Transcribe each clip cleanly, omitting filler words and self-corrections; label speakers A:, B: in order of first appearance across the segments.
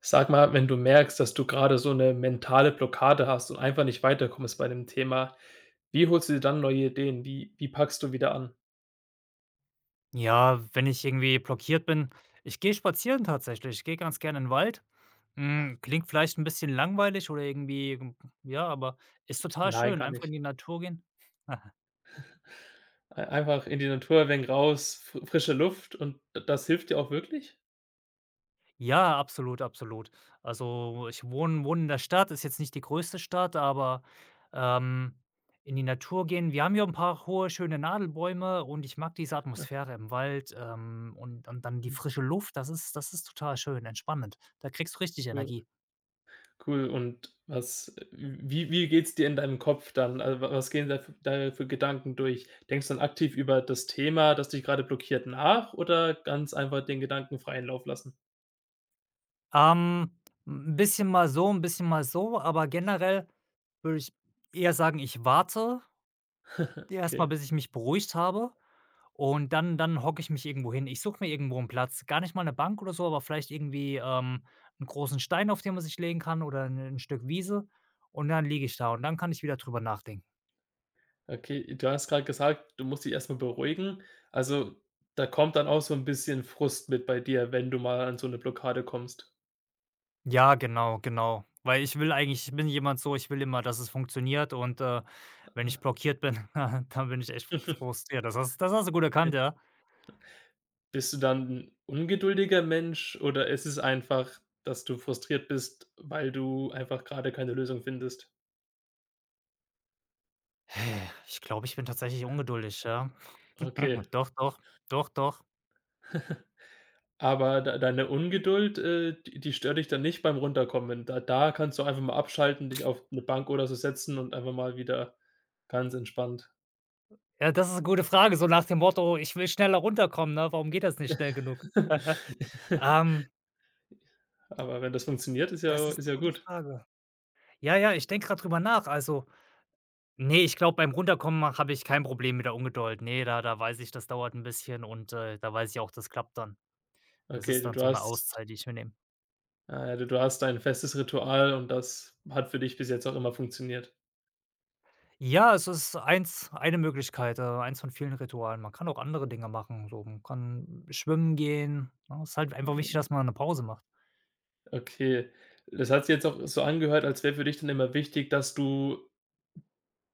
A: Sag mal, wenn du merkst, dass du gerade so eine mentale Blockade hast und einfach nicht weiterkommst bei dem Thema, wie holst du dir dann neue Ideen? Wie packst du wieder an?
B: Ja, wenn ich irgendwie blockiert bin, ich gehe spazieren tatsächlich. Ich gehe ganz gerne in den Wald. Klingt vielleicht ein bisschen langweilig oder irgendwie, ja, aber ist total
A: Nein,
B: schön,
A: gar
B: einfach
A: nicht.
B: in die Natur gehen.
A: Ei Einfach in die Natur ein wenig raus, fr frische Luft und d das hilft dir auch wirklich?
B: Ja, absolut, absolut. Also, ich wohne in der Stadt, ist jetzt nicht die größte Stadt, aber, ähm, in die Natur gehen, wir haben hier ein paar hohe, schöne Nadelbäume und ich mag diese
A: Ah,
B: Atmosphäre im Wald, und dann die frische Luft, das ist total schön entspannend. Da kriegst du richtig
A: mhm.
B: Energie.
A: Cool. Und was wie geht's dir in deinem Kopf dann? Also, wa was gehen da f da für Gedanken durch? Denkst du dann aktiv über das Thema, das dich gerade blockiert, nach oder ganz einfach den Gedanken freien Lauf lassen?
B: Ähm, 'N bisschen mal so, ein bisschen mal so, aber generell würde ich eher sagen, ich warte erst mal,
A: Okay,
B: bis ich mich beruhigt habe, und dann hocke ich mich irgendwo hin. Ich suche mir irgendwo einen Platz, gar nicht mal eine Bank oder so, aber vielleicht irgendwie, 'n großen Stein, auf den man sich legen kann, oder ein 'n Stück Wiese, und dann liege ich da und dann kann ich wieder drüber nachdenken.
A: okay. Du hast gerade gesagt, du musst dich erstmal beruhigen. Also, da kommt dann auch so ein bisschen Frust mit bei dir, wenn du mal an so eine Blockade kommst.
B: Ja, genau, genau, weil ich will eigentlich, ich bin jemand so, ich will immer, dass es funktioniert, und, wenn ich
A: Ah,
B: blockiert bin, dann bin ich echt
A: okay.
B: frustriert. Das hast du gut erkannt, ja.
A: Bist du dann 'n ungeduldiger Mensch oder ist es einfach, dass du frustriert bist, weil du einfach gerade keine Lösung findest?
B: Ich glaube, ich bin tatsächlich ungeduldig, ja.
A: Okay.
B: Doch, doch, doch, doch.
A: Aber deine Ungeduld, d die stört dich dann nicht beim Runterkommen. Da kannst du einfach mal abschalten, dich auf 'ne Bank oder so setzen und einfach mal wieder ganz entspannt.
B: Ja, das ist eine gute Frage, so nach dem Motto: „Ich will schneller runterkommen, ne? Warum geht das nicht schnell genug?" Ähm,
A: Aber wenn das funktioniert, ist
B: das
A: ja
B: ist
A: ist
B: eine
A: ja
B: gute
A: gut.
B: Frage. Ja, ja, ich denke gerade drüber nach. Also, nee, ich glaube, beim Runterkommen habe ich kein Problem mit der Ungeduld. Ne, da weiß ich, das dauert ein bisschen, und, da weiß ich auch, das klappt dann. Das
A: Okay,
B: ist
A: du
B: dann
A: du
B: so eine
A: hast
B: Auszeit, die ich mir nehme.
A: ah ja, du hast ein festes Ritual und das hat für dich bis jetzt auch immer funktioniert.
B: Ja, es ist eins eine Möglichkeit, eins von vielen Ritualen. Man kann auch andere Dinge machen, so, man kann schwimmen gehen, ne? Es ist halt einfach wichtig,
A: Mhm.
B: dass man eine Pause macht.
A: Okay. Das hat sich jetzt auch so angehört, als wäre für dich dann immer wichtig, dass du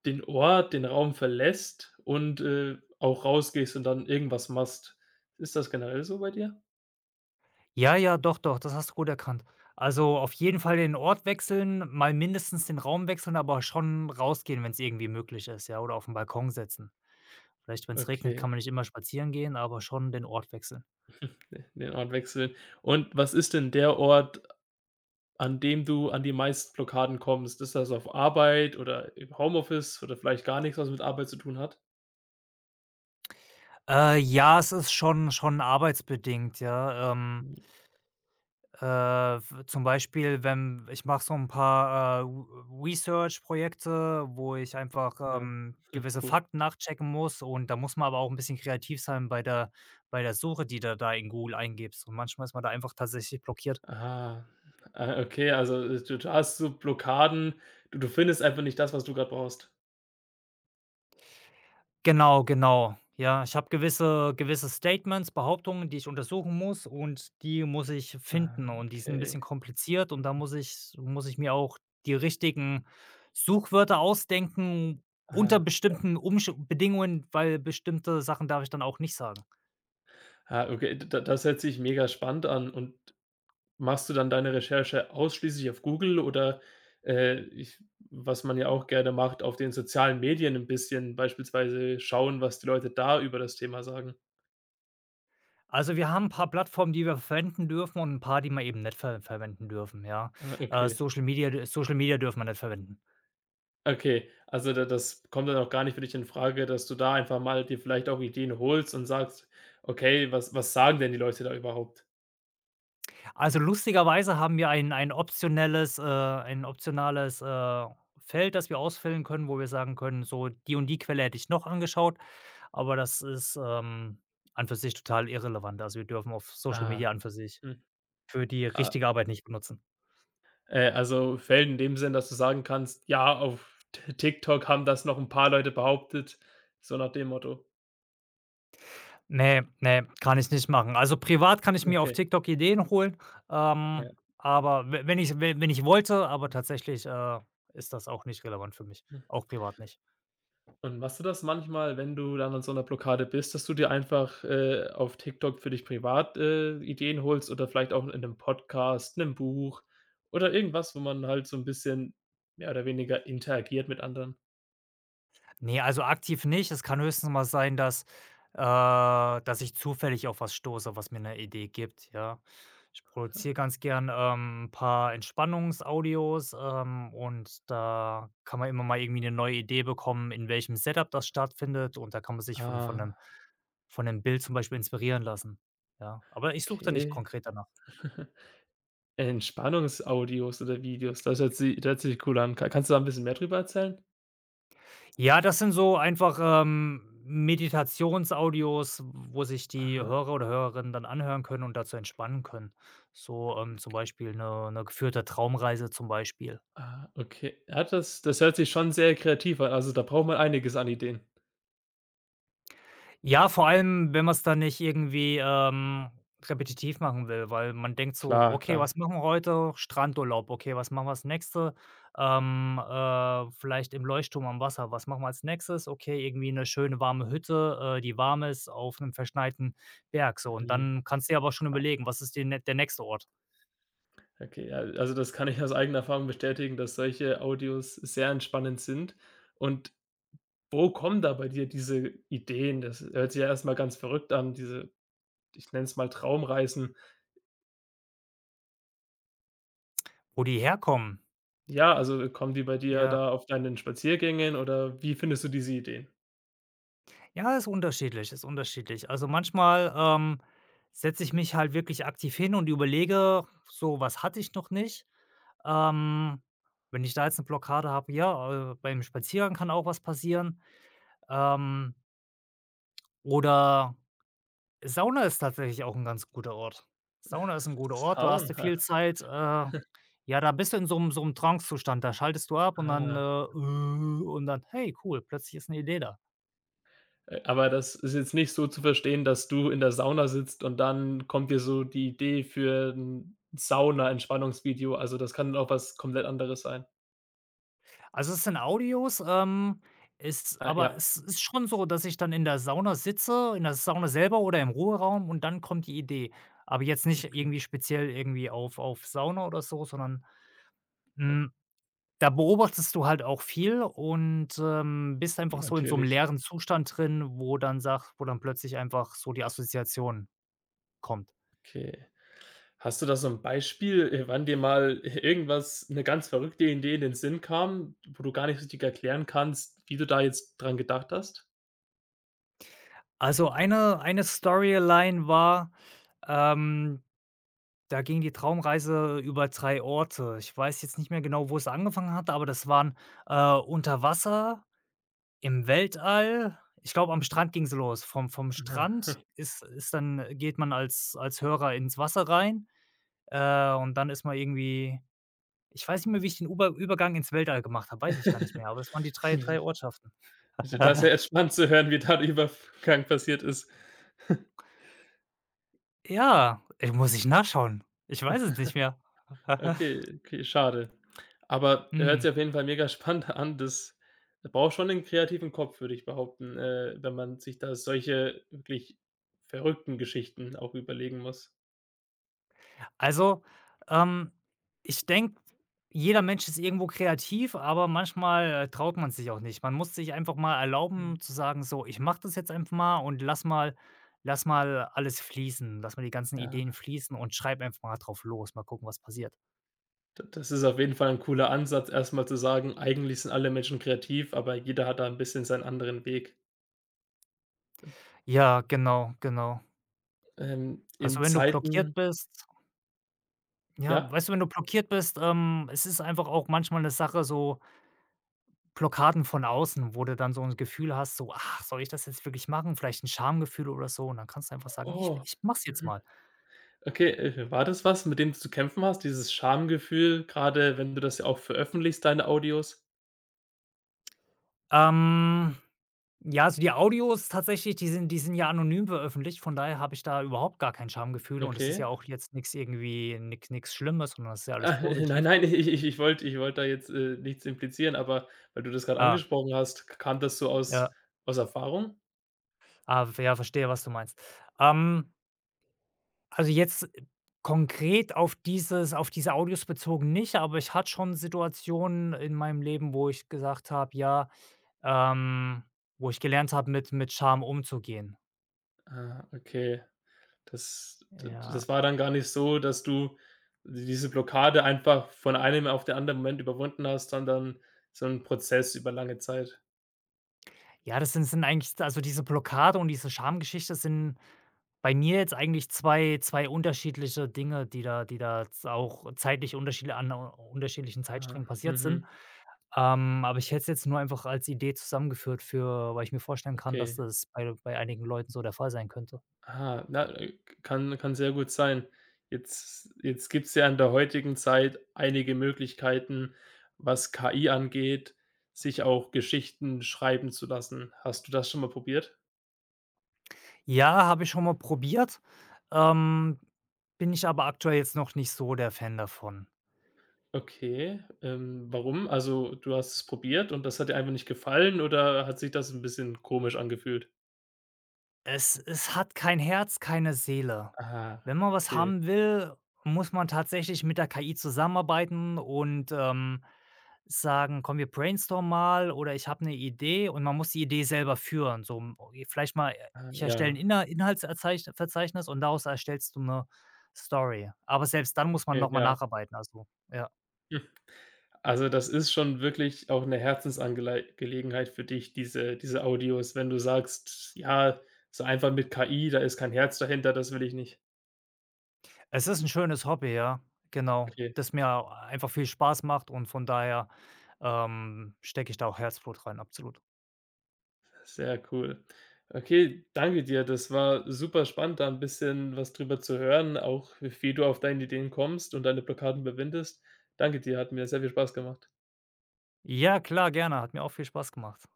A: den Ort, den Raum verlässt und, auch rausgehst und dann irgendwas machst. Ist das generell so bei dir?
B: Ja, ja, doch, doch, das hast du gut erkannt. Also, auf jeden Fall den Ort wechseln, mal mindestens den Raum wechseln, aber schon rausgehen, wenn es irgendwie möglich ist, ja, oder aufm Balkon setzen. Vielleicht, wenn es regnet, kann
A: Okay,
B: man nicht immer spazieren gehen, aber schon den Ort wechseln.
A: de den Ort wechseln. Und was ist denn der Ort, an dem du an die meisten Blockaden kommst? Ist das auf Arbeit oder im Homeoffice oder vielleicht gar nichts, was mit Arbeit zu tun hat?
B: Ja, es ist schon arbeitsbedingt, ja.
A: Mhm,
B: F Zum Beispiel, wenn ich mache so ein paar, Re Research-Projekte, wo ich einfach,
A: ja,
B: gewisse
A: cool.
B: Fakten nachchecken muss, und da muss man aber auch ein bisschen kreativ sein bei der Suche, die du da in Google eingibst, und manchmal ist man da einfach tatsächlich blockiert.
A: Ah, ah, okay, also, du hast so Blockaden. Du findest einfach nicht das, was du gerade brauchst.
B: Genau, genau. Ja, ich habe gewisse Statements, Behauptungen, die ich untersuchen muss, und die muss ich finden,
A: Ah,
B: und die sind ein
A: okay.
B: bisschen kompliziert, und da muss ich mir auch die richtigen Suchwörter ausdenken unter
A: Ah,
B: bestimmten Umsch Bedingungen, weil bestimmte Sachen darf ich dann auch nicht sagen.
A: ah, okay, d da das hört sich mega spannend an. Und machst du dann deine Recherche ausschließlich auf Google oder, ich was man ja auch gerne macht, auf den sozialen Medien ein bisschen beispielsweise schauen, was die Leute da über das Thema sagen?
B: Also, wir haben ein paar Plattformen, die wir verwenden dürfen, und ein paar, die wir eben nicht verwenden dürfen, ja.
A: Ah, okay.
B: Social Media dürfen wir nicht verwenden.
A: Okay, also da das kommt dann auch gar nicht für dich in Frage, dass du da einfach mal dir vielleicht auch Ideen holst und sagst: „Okay, was sagen denn die Leute da überhaupt?“
B: Also, lustigerweise haben wir ein optionales, Feld, das wir ausfüllen können, wo wir sagen können: „So, die und die Quelle hätte ich noch angeschaut", aber das ist, an für sich total irrelevant. Also, wir dürfen auf Social
A: Ah.
B: Media an für sich
A: Hm,
B: für die
A: ah,
B: richtige Arbeit nicht benutzen.
A: also fällt in dem Sinn, dass du sagen kannst: „Ja, auf T TikTok haben das noch ein paar Leute behauptet“, so nach dem Motto.
B: Ne, ne, kann ich nicht machen. Also, privat kann ich mir auf
A: Okay,
B: TikTok Ideen holen, ähm,
A: ja.
B: aber we wenn ich wollte, aber tatsächlich, ist das auch nicht relevant für mich, auch privat nicht.
A: Und machst du das manchmal, wenn du dann an so 'ner Blockade bist, dass du dir einfach, auf TikTok für dich privat, Ideen holst oder vielleicht auch in 'nem Podcast, 'nem Buch oder irgendwas, wo man halt so 'n bisschen mehr oder weniger interagiert mit anderen?
B: Ne, also aktiv nicht. Es kann höchstens mal sein, äh, dass ich zufällig auf was stoße, was mir eine Idee gibt, ja. Ich produziere ganz gern, 'n paar Entspannungsaudios, und da kann man immer mal irgendwie eine neue Idee bekommen, in welchem Setup das stattfindet, und da kann man sich von von 'nem
A: Ah,
B: von 'nem Bild zum Beispiel inspirieren lassen, ja. Aber ich suche da nicht
A: okay.
B: konkret danach.
A: Entspannungsaudios oder Videos, das hört sich cool an. Ka Kannst du da 'n bisschen mehr drüber erzählen?
B: Ja, das sind so einfach, Meditationsaudios, wo sich die
A: Ah,
B: Hörer oder Hörerinnen dann anhören können und dazu entspannen können. So, zum Beispiel eine 'ne geführte Traumreise zum Beispiel.
A: ah, okay. Ja, das hört sich schon sehr kreativ an. Also, da braucht man einiges an Ideen.
B: Ja, vor allem, wenn man es dann nicht irgendwie, repetitiv machen will, weil man denkt so:
A: Klar,
B: „Okay,
A: klar.
B: was machen wir heute? Strandurlaub. Okay, was machen wir als Nächstes? Vielleicht im Leuchtturm am Wasser. Was machen wir als Nächstes? Okay, irgendwie eine schöne warme Hütte, die warm ist, auf einem verschneiten Berg", so. Und
A: Mhm.
B: dann kannst du dir aber schon überlegen, was ist die nä der nächste Ort,
A: Okay, ja, also das kann ich aus eigener Erfahrung bestätigen, dass solche Audios sehr entspannend sind. Und wo kommen da bei dir diese Ideen? Das hört sich ja erstmal ganz verrückt an, diese, ich nenne es mal Traumreisen.
B: wo die herkommen.
A: Ja, also kommen die bei dir
B: Ja.
A: da auf deinen Spaziergängen oder wie findest du diese Ideen?
B: Ja, ist unterschiedlich, ist unterschiedlich. Also, manchmal, setze ich mich halt wirklich aktiv hin und überlege so: „Was hatte ich noch nicht?" Ähm, wenn ich da jetzt 'ne Blockade habe, ja, beim Spaziergang kann auch was passieren. Ähm, oder Sauna ist tatsächlich auch 'n ganz guter Ort. Sauna ist 'n guter Ort, da hast du
A: Sauna,
B: viel Zeit, ja, da bist du in so 'm Trancezustand, da schaltest du ab,
A: ah.
B: und dann: „Hey, cool, plötzlich ist 'ne Idee da."
A: Aber das ist jetzt nicht so zu verstehen, dass du in der Sauna sitzt und dann kommt dir so die Idee für ein Sauna-Entspannungsvideo. Also, das kann auch was komplett anderes sein.
B: Also, es sind Audios, ist
A: Ah,
B: aber
A: ja,
B: es ist schon so, dass ich dann in der Sauna sitze, in der Sauna selber oder im Ruheraum, und dann kommt die Idee. Aber jetzt nicht
A: okay.
B: irgendwie speziell irgendwie auf Sauna oder so, sondern, hm, da beobachtest du halt auch viel, und, bist einfach so in so einem
A: Natürlich,
B: leeren Zustand drin, wo dann plötzlich einfach so die Assoziation kommt.
A: okay. Hast du da so ein Beispiel, wann dir mal irgendwas eine ganz verrückte Idee in den Sinn kam, wo du gar nicht richtig erklären kannst, wie du da jetzt dran gedacht hast?
B: Also, eine Storyline war, ähm da ging die Traumreise über 3 Orte. Ich weiß jetzt nicht mehr genau, wo es angefangen hat, aber das waren, unter Wasser, im Weltall. Ich glaube, am Strand ging es los. Vom
A: Aha.
B: Strand ist dann, geht man als Hörer ins Wasser rein, und dann ist man irgendwie, ich weiß nicht mehr, wie ich den Uber Übergang ins Weltall gemacht habe, weiß ich gar nicht mehr, aber das waren die drei 3 Ortschaften.
A: Also, das ist ja jetzt spannend zu hören, wie da der Übergang passiert ist.
B: Ja, ich muss ich nachschauen. Ich weiß es nicht mehr.
A: Okay, okay, schade. Aber hört
B: Mhm.
A: sich auf jeden Fall mega spannend an. Das braucht schon einen kreativen Kopf, würde ich behaupten, wenn man sich da solche wirklich verrückten Geschichten auch überlegen muss.
B: Also, ähm, ich denke, jeder Mensch ist irgendwo kreativ, aber manchmal, traut man sich auch nicht. Man muss sich einfach mal
A: Mhm.
B: erlauben zu sagen: „So, ich mache das jetzt einfach mal und lass mal alles fließen. Lass mal die ganzen Ideen
A: Ja,
B: fließen und schreib einfach mal drauf los. Mal gucken, was passiert."
A: d das ist auf jeden Fall ein cooler Ansatz, erstmal zu sagen: „Eigentlich sind alle Menschen kreativ, aber jeder hat da ein bisschen seinen anderen Weg.“
B: Ja, genau, genau. Also,
A: In
B: wenn du
A: Zeiten
B: blockiert bist, ja,
A: ja?
B: weißt du, wenn du blockiert bist, es ist einfach auch manchmal eine Sache so, Blockaden von außen, wo du dann so 'n Gefühl hast, so: „Ach, soll ich das jetzt wirklich machen?" Vielleicht 'n Schamgefühl oder so, und dann kannst du einfach sagen: „Ich
A: Oh.
B: ich mach's jetzt mal."
A: Okay, war das was, mit dem du zu kämpfen hast, dieses Schamgefühl, gerade, wenn du das ja auch veröffentlichst, deine Audios?
B: Ähm, ja, also die Audios tatsächlich, die sind ja anonym veröffentlicht, von daher habe ich da überhaupt gar kein Schamgefühl, und es ist
A: Okay.
B: ja auch jetzt nix irgendwie nix Schlimmes, sondern das ist ja alles
A: Ah, nein,
B: positiv.
A: nein, ich wollte da jetzt, nichts implizieren, aber weil du das gerade
B: Ah,
A: angesprochen hast, kam das so aus
B: ja.
A: aus Erfahrung?
B: Ah, ja, verstehe, was du meinst. Ähm, also jetzt konkret auf dieses auf diese Audios bezogen nicht, aber ich hatte schon Situationen in meinem Leben, wo ich gesagt habe: „Ja, Ähm, wo ich gelernt habe, mit Scham umzugehen."
A: Ah, okay. Das d
B: Ja.
A: das war dann gar nicht so, dass du diese Blockade einfach von einem auf den anderen Moment überwunden hast, sondern so ein Prozess über lange Zeit.
B: Ja, das sind eigentlich, also, diese Blockade und diese Schamgeschichte sind bei mir jetzt eigentlich zwei unterschiedliche Dinge, die da jetzt auch zeitlich unterschiedlichen Zeitsträngen
A: Ah,
B: passiert sind.
A: mhm,
B: Aber ich hätte es jetzt nur einfach als Idee zusammengeführt, für weil ich mir vorstellen kann, dass
A: okay.
B: das bei einigen Leuten so der Fall sein könnte.
A: Ah, na, kann sehr gut sein. Jetzt gibt's ja in der heutigen Zeit einige Möglichkeiten, was KI angeht, sich auch Geschichten schreiben zu lassen. Hast du das schon mal probiert?
B: Ja, habe ich schon mal probiert, ähm, bin ich aber aktuell jetzt noch nicht so der Fan davon.
A: Okay, warum? Also, du hast es probiert und das hat dir einfach nicht gefallen oder hat sich das ein bisschen komisch angefühlt?
B: Es hat kein Herz, keine Seele.
A: Ah,
B: Wenn man was
A: okay.
B: haben will, muss man tatsächlich mit der KI zusammenarbeiten und, sagen: „Komm, wir Brainstorm mal", oder „Ich habe eine Idee", und man muss die Idee selber führen. So, vielleicht mal,
A: Ah,
B: ich erstelle ein
A: ja.
B: Inhaltserzeichn, und daraus erstellst du eine Story. Aber selbst dann muss man
A: Okay,
B: noch mal
A: ja.
B: nacharbeiten, also, ja.
A: Also, das ist schon wirklich auch eine Herzensangelegenheit für dich, diese Audios, wenn du sagst: „Ja, so einfach mit KI, da ist kein Herz dahinter, das will ich nicht.“
B: Es ist ein schönes Hobby, ja, genau,
A: Okay,
B: das mir einfach viel Spaß macht, und von daher, stecke ich da auch Herzblut rein, absolut.
A: sehr cool. Okay, danke dir. Das war super spannend, da 'n bisschen was drüber zu hören, auch wie du auf deine Ideen kommst und deine Blockaden überwindest. Danke dir, hat mir sehr viel Spaß gemacht.
B: Ja, klar, gerne. Hat mir auch viel Spaß gemacht.